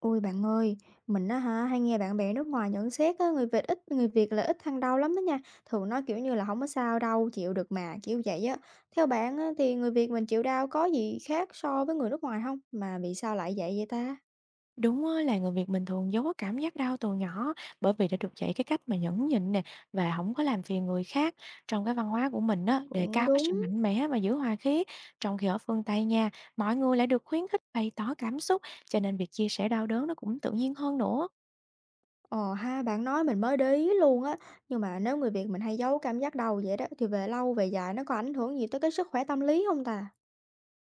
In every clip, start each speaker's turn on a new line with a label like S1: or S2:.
S1: Ôi bạn ơi, mình á hả hay nghe bạn bè nước ngoài nhận xét á, người Việt ít người Việt là ít than đau lắm đó nha. Thường nói kiểu như là không có sao đâu, chịu được mà, kiểu vậy á. Theo bạn á, thì người Việt mình chịu đau có gì khác so với người nước ngoài không? Mà vì sao lại vậy vậy ta?
S2: Đúng á, là người Việt mình thường giấu cái cảm giác đau từ nhỏ, bởi vì đã được dạy cái cách mà nhẫn nhịn nè, và không có làm phiền người khác. Trong cái văn hóa của mình á, đề
S1: Cũng
S2: cao cái sự
S1: đúng.
S2: mạnh mẽ và giữ hòa khí. Trong khi ở phương Tây nha, mọi người lại được khuyến khích bày tỏ cảm xúc, cho nên việc chia sẻ đau đớn nó cũng tự nhiên hơn nữa.
S1: Ờ ha, bạn nói mình mới để ý luôn á. Nhưng mà nếu người Việt mình hay giấu cảm giác đau vậy đó thì về lâu về dài nó có ảnh hưởng gì tới cái sức khỏe tâm lý không ta?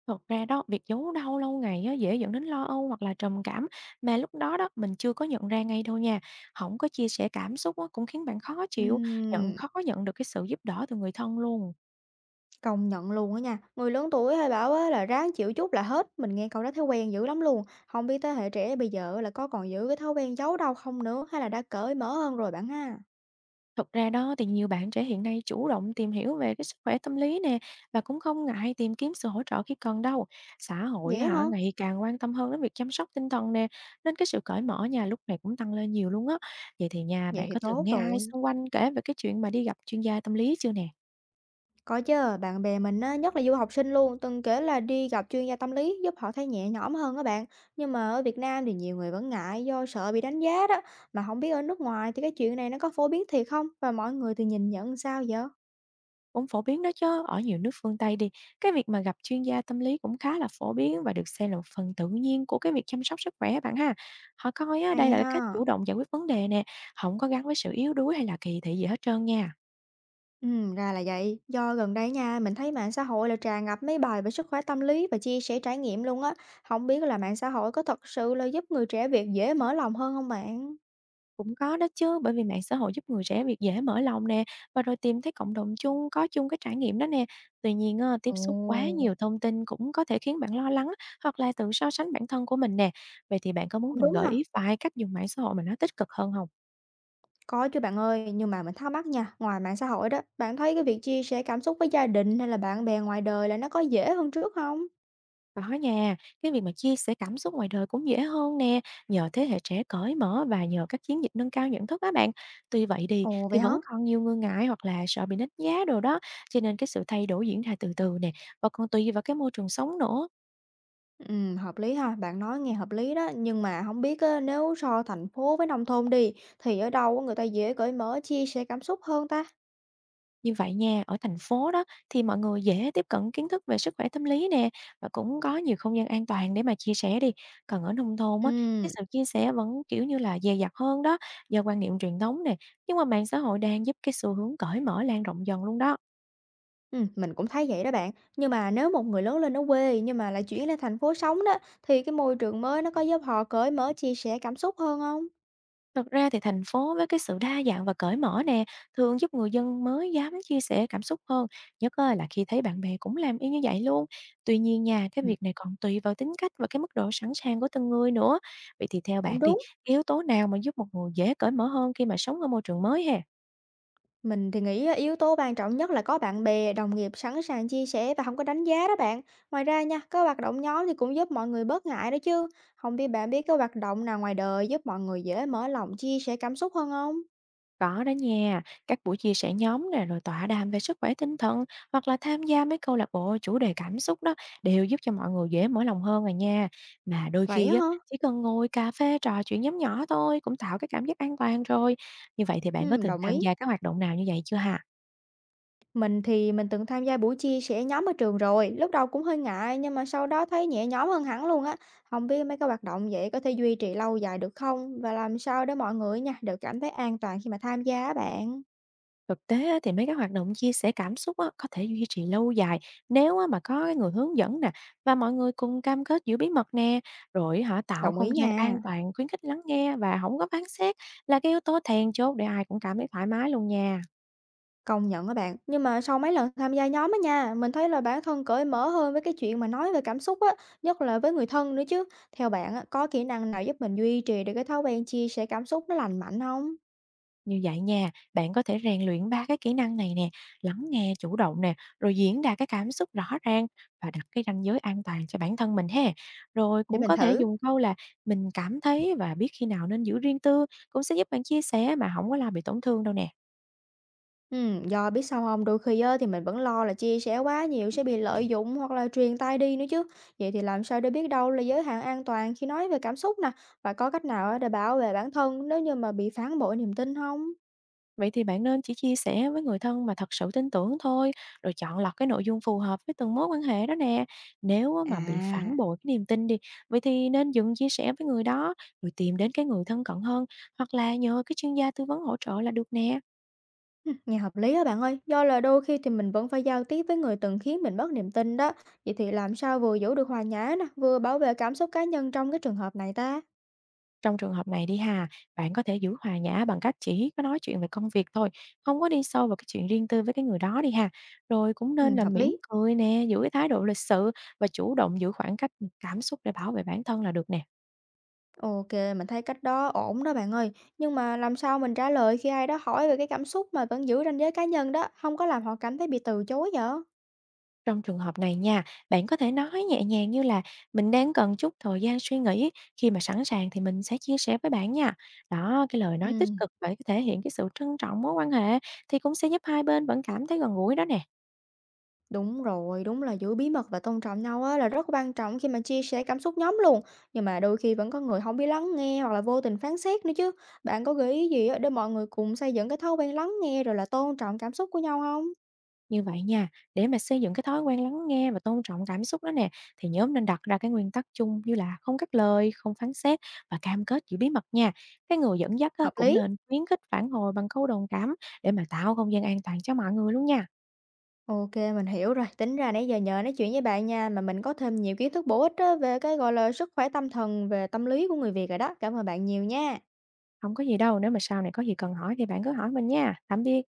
S2: Thật ra đó, việc giấu đau lâu ngày á, dễ dẫn đến lo âu hoặc là trầm cảm, mà lúc đó đó mình chưa có nhận ra ngay đâu nha. Không có chia sẻ cảm xúc á, cũng khiến bạn khó chịu, nhận
S1: Ừm.
S2: khó nhận được cái sự giúp đỡ từ người thân luôn.
S1: Công nhận luôn á nha, người lớn tuổi hay bảo á là ráng chịu chút là hết, mình nghe câu đó thấy quen dữ lắm luôn. Không biết thế hệ trẻ bây giờ là có còn giữ cái thói quen giấu đâu không nữa hay là đã cởi mở hơn rồi bạn ha?
S2: Thực ra đó thì nhiều bạn trẻ hiện nay chủ động tìm hiểu về cái sức khỏe tâm lý nè, và cũng không ngại tìm kiếm sự hỗ trợ khi cần đâu. Xã hội
S1: Vậy
S2: á hả
S1: hả?
S2: ngày càng quan tâm hơn đến việc chăm sóc tinh thần nè, nên cái sự cởi mở nhà lúc này cũng tăng lên nhiều luôn á. Vậy thì nhà
S1: Vậy
S2: bạn
S1: thì
S2: có từng
S1: tốt
S2: nghe ai
S1: rồi.
S2: xung quanh kể về cái chuyện mà đi gặp chuyên gia tâm lý chưa nè?
S1: Có chứ, bạn bè mình á, nhất là du học sinh luôn, từng kể là đi gặp chuyên gia tâm lý giúp họ thấy nhẹ nhõm hơn các bạn. Nhưng mà ở Việt Nam thì nhiều người vẫn ngại do sợ bị đánh giá đó, mà không biết ở nước ngoài thì cái chuyện này nó có phổ biến thiệt không và mọi người thì nhìn nhận sao vậy?
S2: Cũng phổ biến đó chứ, ở nhiều nước phương Tây đi, cái việc mà gặp chuyên gia tâm lý cũng khá là phổ biến và được xem là một phần tự nhiên của cái việc chăm sóc sức khỏe bạn ha. Họ coi á, đây
S1: Hay
S2: là cái cách
S1: ha.
S2: chủ động giải quyết vấn đề nè, không có gắn với sự yếu đuối hay là kỳ thị gì hết trơn nha.
S1: Ừ, ra là vậy. Do gần đây nha, mình thấy mạng xã hội là tràn ngập mấy bài về sức khỏe tâm lý và chia sẻ trải nghiệm luôn á. Không biết là mạng xã hội có thật sự là giúp người trẻ Việt dễ mở lòng hơn không bạn?
S2: Cũng có đó chứ, bởi vì mạng xã hội giúp người trẻ việc dễ mở lòng nè, và rồi tìm thấy cộng đồng chung, có chung cái trải nghiệm đó nè. Tuy nhiên, á, tiếp xúc quá
S1: Ồ,
S2: nhiều thông tin cũng có thể khiến bạn lo lắng, hoặc là tự so sánh bản thân của mình nè. Vậy thì bạn có muốn
S1: cũng
S2: mình
S1: đúng
S2: gợi
S1: hả?
S2: ý vài cách dùng mạng xã hội mà nó tích cực hơn không?
S1: Có chứ bạn ơi, nhưng mà mình thắc mắc nha, ngoài mạng xã hội đó, bạn thấy cái việc chia sẻ cảm xúc với gia đình hay là bạn bè ngoài đời là nó có dễ hơn trước không?
S2: Có nha, cái việc mà chia sẻ cảm xúc ngoài đời cũng dễ hơn nè, nhờ thế hệ trẻ cởi mở và nhờ các chiến dịch nâng cao nhận thức á bạn. Tuy vậy đi,
S1: Ồ vậy
S2: thì
S1: hả?
S2: vẫn còn nhiều người ngại hoặc là sợ bị đánh giá đồ đó, cho nên cái sự thay đổi diễn ra từ từ nè, và còn tùy vào cái môi trường sống nữa.
S1: Ừ, hợp lý ha, bạn nói nghe hợp lý đó, nhưng mà không biết á, nếu so thành phố với nông thôn đi, thì ở đâu người ta dễ cởi mở chia sẻ cảm xúc hơn ta?
S2: Như vậy nha, ở thành phố đó thì mọi người dễ tiếp cận kiến thức về sức khỏe tâm lý nè, và cũng có nhiều không gian an toàn để mà chia sẻ đi. Còn ở nông thôn á,
S1: Ừm,
S2: cái sự chia sẻ vẫn kiểu như là dè dặt hơn đó, do quan niệm truyền thống nè. Nhưng mà mạng xã hội đang giúp cái xu hướng cởi mở lan rộng dần luôn đó.
S1: mình cũng thấy vậy đó bạn. Nhưng mà nếu một người lớn lên ở quê nhưng mà lại chuyển lên thành phố sống đó, thì cái môi trường mới nó có giúp họ cởi mở chia sẻ cảm xúc hơn không?
S2: Thực ra thì thành phố với cái sự đa dạng và cởi mở nè, thường giúp người dân mới dám chia sẻ cảm xúc hơn, nhất á là khi thấy bạn bè cũng làm y như vậy luôn. Tuy nhiên nha, cái
S1: Ừm,
S2: việc này còn tùy vào tính cách và cái mức độ sẵn sàng của từng người nữa. Vậy thì theo
S1: cũng
S2: bạn đi,
S1: đúng.
S2: yếu tố nào mà giúp một người dễ cởi mở hơn khi mà sống ở môi trường mới ha?
S1: Mình thì nghĩ á, yếu tố quan trọng nhất là có bạn bè, đồng nghiệp sẵn sàng chia sẻ và không có đánh giá đó bạn. Ngoài ra nha, có hoạt động nhóm thì cũng giúp mọi người bớt ngại đó chứ. Không biết bạn biết cái hoạt động nào ngoài đời giúp mọi người dễ mở lòng chia sẻ cảm xúc hơn không?
S2: Có đó nha, các buổi chia sẻ nhóm nè, rồi tọa đàm về sức khỏe tinh thần, hoặc là tham gia mấy câu lạc bộ chủ đề cảm xúc đó, đều giúp cho mọi người dễ mở lòng hơn rồi nha. Mà đôi
S1: Vậy
S2: khi
S1: á
S2: á,
S1: hả?
S2: chỉ cần ngồi cà phê trò chuyện nhóm nhỏ thôi cũng tạo cái cảm giác an toàn rồi. Như vậy thì bạn có từng
S1: Đồng
S2: tham
S1: ý.
S2: gia các hoạt động nào như vậy chưa hả?
S1: Mình thì từng tham gia buổi chia sẻ nhóm ở trường rồi, lúc đầu cũng hơi ngại nhưng mà sau đó thấy nhẹ nhõm hơn hẳn luôn á. Không biết mấy cái hoạt động vậy có thể duy trì lâu dài được không và làm sao để mọi người nha đều cảm thấy an toàn khi mà tham gia á bạn.
S2: Thực tế á, thì mấy cái hoạt động chia sẻ cảm xúc á, có thể duy trì lâu dài, nếu á, mà có cái người hướng dẫn nè, và mọi người cùng cam kết giữ bí mật nè, rồi họ tạo
S1: Đồng ý
S2: không gian an
S1: nha,
S2: toàn khuyến khích lắng nghe và không có phán xét, là cái yếu tố then chốt để ai cũng cảm thấy thoải mái luôn nha.
S1: công nhận các bạn. Nhưng mà sau mấy lần tham gia nhóm á nha, mình thấy là bản thân cởi mở hơn với cái chuyện mà nói về cảm xúc á, nhất là với người thân nữa chứ. Theo bạn á, có kỹ năng nào giúp mình duy trì được cái thói quen chia sẻ cảm xúc nó lành mạnh không?
S2: Như vậy nha, bạn có thể rèn luyện 3 cái kỹ năng này nè, lắng nghe chủ động nè, rồi diễn đạt cái cảm xúc rõ ràng, và đặt cái ranh giới an toàn cho bản thân mình ha. Rồi
S1: Để
S2: cũng
S1: mình
S2: có thể
S1: thử.
S2: dùng câu là mình cảm thấy, và biết khi nào nên giữ riêng tư, cũng sẽ giúp bạn chia sẻ mà không có làm bị tổn thương đâu nè.
S1: Do biết sao không? Đôi khi á thì mình vẫn lo là chia sẻ quá nhiều sẽ bị lợi dụng hoặc là truyền tai đi nữa chứ. Vậy thì làm sao để biết đâu là giới hạn an toàn khi nói về cảm xúc nè? Và có cách nào á để bảo vệ bản thân nếu như mà bị phản bội niềm tin không?
S2: Vậy thì bạn nên chỉ chia sẻ với người thân mà thật sự tin tưởng thôi, rồi chọn lọc cái nội dung phù hợp với từng mối quan hệ đó nè. Nếu á mà bị
S1: À,
S2: phản bội cái niềm tin đi, vậy thì nên dừng chia sẻ với người đó, rồi tìm đến cái người thân cận hơn, hoặc là nhờ cái chuyên gia tư vấn hỗ trợ là được nè.
S1: ừm, nghe hợp lý á bạn ơi, do là đôi khi thì mình vẫn phải giao tiếp với người từng khiến mình mất niềm tin đó. Vậy thì làm sao vừa giữ được hòa nhã nè, vừa bảo vệ cảm xúc cá nhân trong cái trường hợp này ta?
S2: Trong trường hợp này đi hà, bạn có thể giữ hòa nhã bằng cách chỉ có nói chuyện về công việc thôi, không có đi sâu vào cái chuyện riêng tư với cái người đó đi ha. Rồi cũng nên là
S1: Hợp lý.
S2: mỉm cười nè, giữ cái thái độ lịch sự và chủ động giữ khoảng cách cảm xúc để bảo vệ bản thân là được nè.
S1: OK, mình thấy cách đó ổn đó bạn ơi. Nhưng mà làm sao mình trả lời khi ai đó hỏi về cái cảm xúc mà vẫn giữ ranh giới cá nhân đó, không có làm họ cảm thấy bị từ chối vậy?
S2: Trong trường hợp này nha, bạn có thể nói nhẹ nhàng như là mình đang cần chút thời gian suy nghĩ, khi mà sẵn sàng thì mình sẽ chia sẻ với bạn nha. Đó, cái lời nói tích
S1: Ừm,
S2: cực để có thể hiện cái sự trân trọng mối quan hệ thì cũng sẽ giúp hai bên vẫn cảm thấy gần gũi đó nè.
S1: đúng rồi, đúng là giữ bí mật và tôn trọng nhau á là rất quan trọng khi mà chia sẻ cảm xúc nhóm luôn. Nhưng mà đôi khi vẫn có người không biết lắng nghe hoặc là vô tình phán xét nữa chứ. Bạn có gợi ý gì á để mọi người cùng xây dựng cái thói quen lắng nghe rồi là tôn trọng cảm xúc của nhau không?
S2: Như vậy nha, để mà xây dựng cái thói quen lắng nghe và tôn trọng cảm xúc đó nè, thì nhóm nên đặt ra cái nguyên tắc chung như là không cắt lời, không phán xét và cam kết giữ bí mật nha. Cái người dẫn dắt á,
S1: Hợp
S2: cũng
S1: lý.
S2: nên khuyến khích phản hồi bằng câu đồng cảm để mà tạo không gian an toàn cho mọi người luôn nha.
S1: OK, mình hiểu rồi. Tính ra nãy giờ nhờ nói chuyện với bạn nha, mà mình có thêm nhiều kiến thức bổ ích á, về cái, gọi là, sức khỏe tâm thần, về tâm lý của người Việt rồi đó. Cảm ơn bạn nhiều nha.
S2: Không có gì đâu, nếu mà sau này có gì cần hỏi thì bạn cứ hỏi mình nha. Tạm biệt.